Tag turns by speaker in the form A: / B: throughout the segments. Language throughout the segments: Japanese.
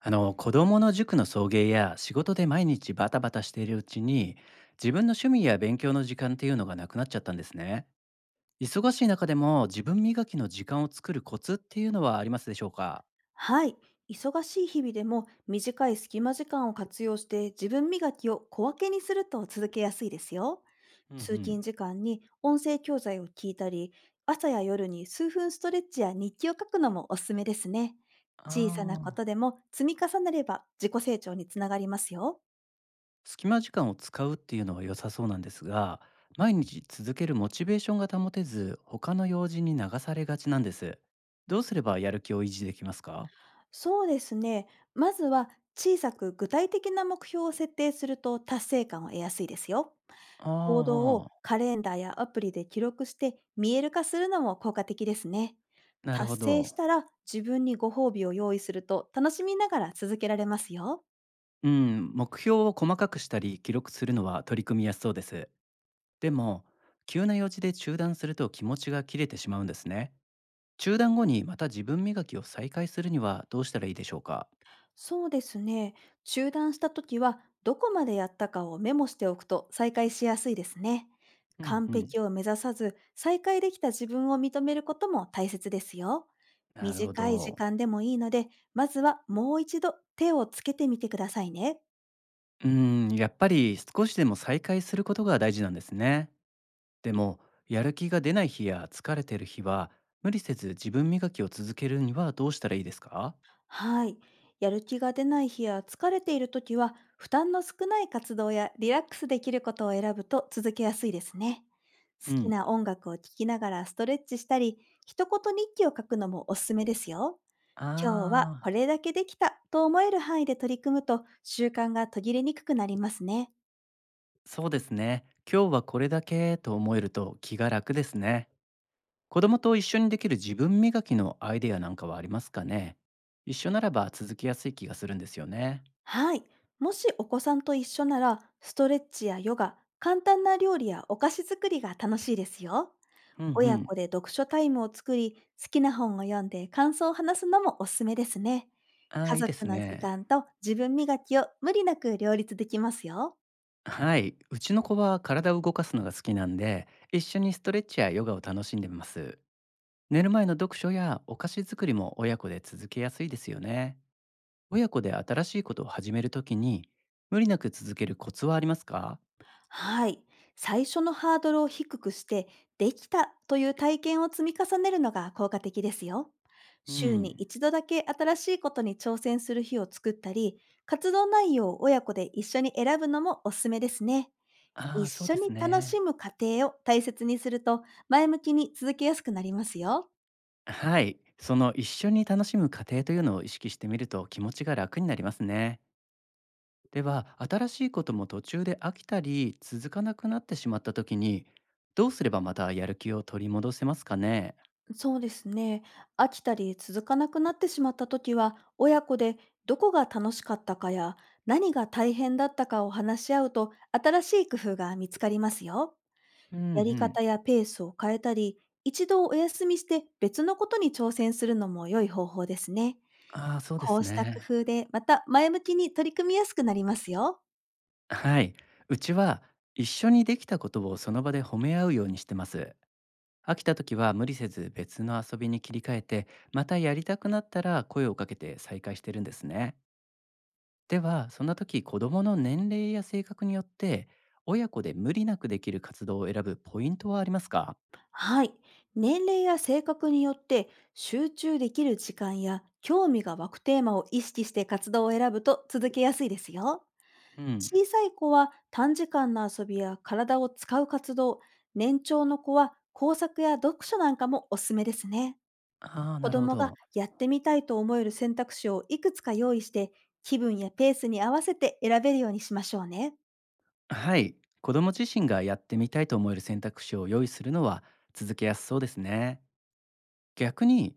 A: 子供の塾の送迎や仕事で毎日バタバタしているうちに、自分の趣味や勉強の時間っていうのがなくなっちゃったんですね。忙しい中でも自分磨きの時間を作るコツっていうのはありますでしょうか？
B: はい。忙しい日々でも短い隙間時間を活用して自分磨きを小分けにすると続けやすいですよ。
A: うんう
B: 通
A: ん。
B: 勤時間に音声教材を聞いたり、朝や夜に数分ストレッチや日記を書くのもおすすめですね。
A: あ
B: 小さなこと
A: あ。
B: でも積み重ねれば自己成長につながりますよ。
A: 隙間時間を使うっていうのは良さそうなんですが、毎日続けるモチベーションが保てず、他の用事に流されがちなんです。どうすればやる気を維持できますか？
B: そうですね。まずは小さく具体的な目標を設定すると達成感を得やすいですよ。
A: あ
B: 行動を
A: あ、
B: カレンダーやアプリで記録して見える化するのも効果的ですね。
A: なる
B: 達
A: ほ
B: 成し
A: ど。
B: たら自分にご褒美を用意すると楽しみながら続けられますよ。
A: うん、目標を細かくしたり記録するのは取り組みやすそうです。でも、急な用事で中断すると気持ちが切れてしまうんですね。中断後にまた自分磨きを再開するにはどうしたらいいでしょうか？
B: そうですね。中断した時はどこまでやったかをメモしておくと再開しやすいですね。
A: うん
B: 完
A: うん。
B: 璧を目指さず再開できた自分を認めることも大切ですよ。
A: なるほ
B: 短い時
A: ど。
B: 間でもいいので、まずはもう一度手をつけてみてくださいね。
A: うん、やっぱり少しでも再開することが大事なんですね。でも、やる気が出ない日や疲れてる日は、無理せず自分磨きを続けるにはどうしたらいいですか？
B: はい。やる気が出ない日や疲れている時は、負担の少ない活動やリラックスできることを選ぶと続けやすいですね。
A: う
B: 好き
A: ん。
B: な音楽を聴きながらストレッチしたり、一言日記を書くのもおすすめですよ。今日は
A: あ
B: こ
A: あ。
B: れだけできたと思える範囲で取り組むと習慣が途切れにくくなりますね。
A: そうですね。今日はこれだけと思えると気が楽ですね。子供と一緒にできる自分磨きのアイデアなんかはありますかね？一緒ならば続きやすい気がするんですよね。
B: はい。もしお子さんと一緒なら、ストレッチやヨガ、簡単な料理やお菓子作りが楽しいですよ。
A: うんう
B: 親
A: ん。
B: 子で読書タイムを作り、好きな本を読んで感想を話すのもおすすめですね。
A: あ
B: 家
A: あ、いいで
B: 族
A: す
B: の時
A: ね。
B: 間と自分磨きを無理なく両立できますよ。
A: はい。うちの子は体を動かすのが好きなんで、一緒にストレッチやヨガを楽しんでます。寝る前の読書やお菓子作りも親子で続けやすいですよね。親子で新しいことを始めるときに、無理なく続けるコツはありますか？
B: はい。最初のハードルを低くして、できたという体験を積み重ねるのが効果的ですよ。
A: う
B: 週に
A: ん。
B: 一度だけ新しいことに挑戦する日を作ったり、活動内容を親子で一緒に選ぶのもおすすめですね。
A: あ
B: 一
A: あ、そうで
B: 緒に
A: す
B: 楽し
A: ね。
B: む過程を大切にすると、前向きに続けやすくなりますよ。
A: はい。その一緒に楽しむ過程というのを意識してみると気持ちが楽になりますね。では、新しいことも途中で飽きたり続かなくなってしまった時に、どうすればまたやる気を取り戻せますかね？
B: そうですね。飽きたり続かなくなってしまった時は、親子で、どこが楽しかったかや何が大変だったかを話し合うと、新しい工夫が見つかりますよ。
A: うんう
B: やり
A: ん。
B: 方やペースを変えたり、一度お休みして別のことに挑戦するのも良い方法ですね。
A: ああ、そうで
B: こ
A: す
B: うした
A: ね。
B: 工夫で、また前向きに取り組みやすくなりますよ。
A: はい。うちは一緒にできたことをその場で褒め合うようにしてます。飽きた時は無理せず別の遊びに切り替えて、またやりたくなったら声をかけて再開してるんですね。では、そんな時、子供の年齢や性格によって、親子で無理なくできる活動を選ぶポイントはありますか？
B: はい。年齢や性格によって、集中できる時間や興味が湧くテーマを意識して活動を選ぶと続けやすいですよ。
A: うん。
B: 小さい子は短時間の遊びや体を使う活動、年長の子は工作や読書なんかもおすすめですね。
A: ああ、な
B: 子
A: るほ
B: 供が
A: ど。
B: やってみたいと思える選択肢をいくつか用意して、気分やペースに合わせて選べるようにしましょうね。
A: はい。子供自身がやってみたいと思える選択肢を用意するのは続けやすそうですね。逆に、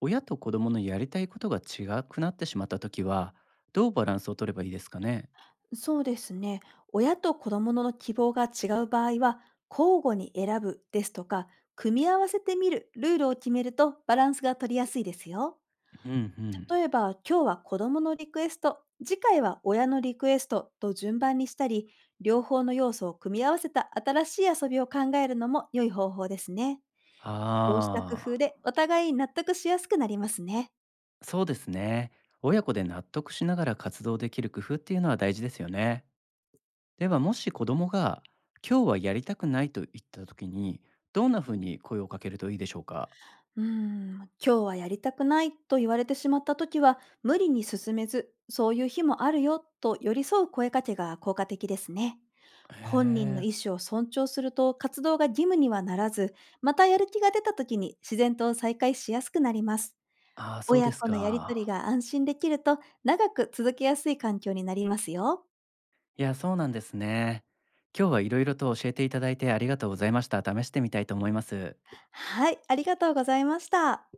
A: 親と子供のやりたいことが違くなってしまった時は、どうバランスを取ればいいですかね？
B: そうですね。親と子供の希望が違う場合は、交互に選ぶですとか、組み合わせてみるルールを決めるとバランスが取りやすいですよ。
A: うんうん。
B: 例えば、今日は子供のリクエスト、次回は親のリクエストと順番にしたり、両方の要素を組み合わせた新しい遊びを考えるのも良い方法ですね。こうした工
A: あ
B: 夫
A: あ、
B: で、お互い納得しやすくなりますね。
A: そうですね。親子で納得しながら活動できる工夫っていうのは大事ですよね。では、もし子供が今日はやりたくないと言った時に、どんな風に声をかけるといいでしょうか？
B: 今日はやりたくないと言われてしまった時は、無理に進めず、そういう日もあるよと寄り添う声かけが効果的ですね。
A: へ
B: 本人の
A: え。
B: 意思を尊重すると活動が義務にはならず、またやる気が出た時に自然と再開しやすくなります。
A: ああ、そう
B: 親
A: です
B: 子のやりと
A: か。
B: りが安心できると長く続けやすい環境になりますよ。
A: いや、そうなんですね。今日は色々と教えていただいてありがとうございました。試してみたいと思います。
B: はい、ありがとうございました。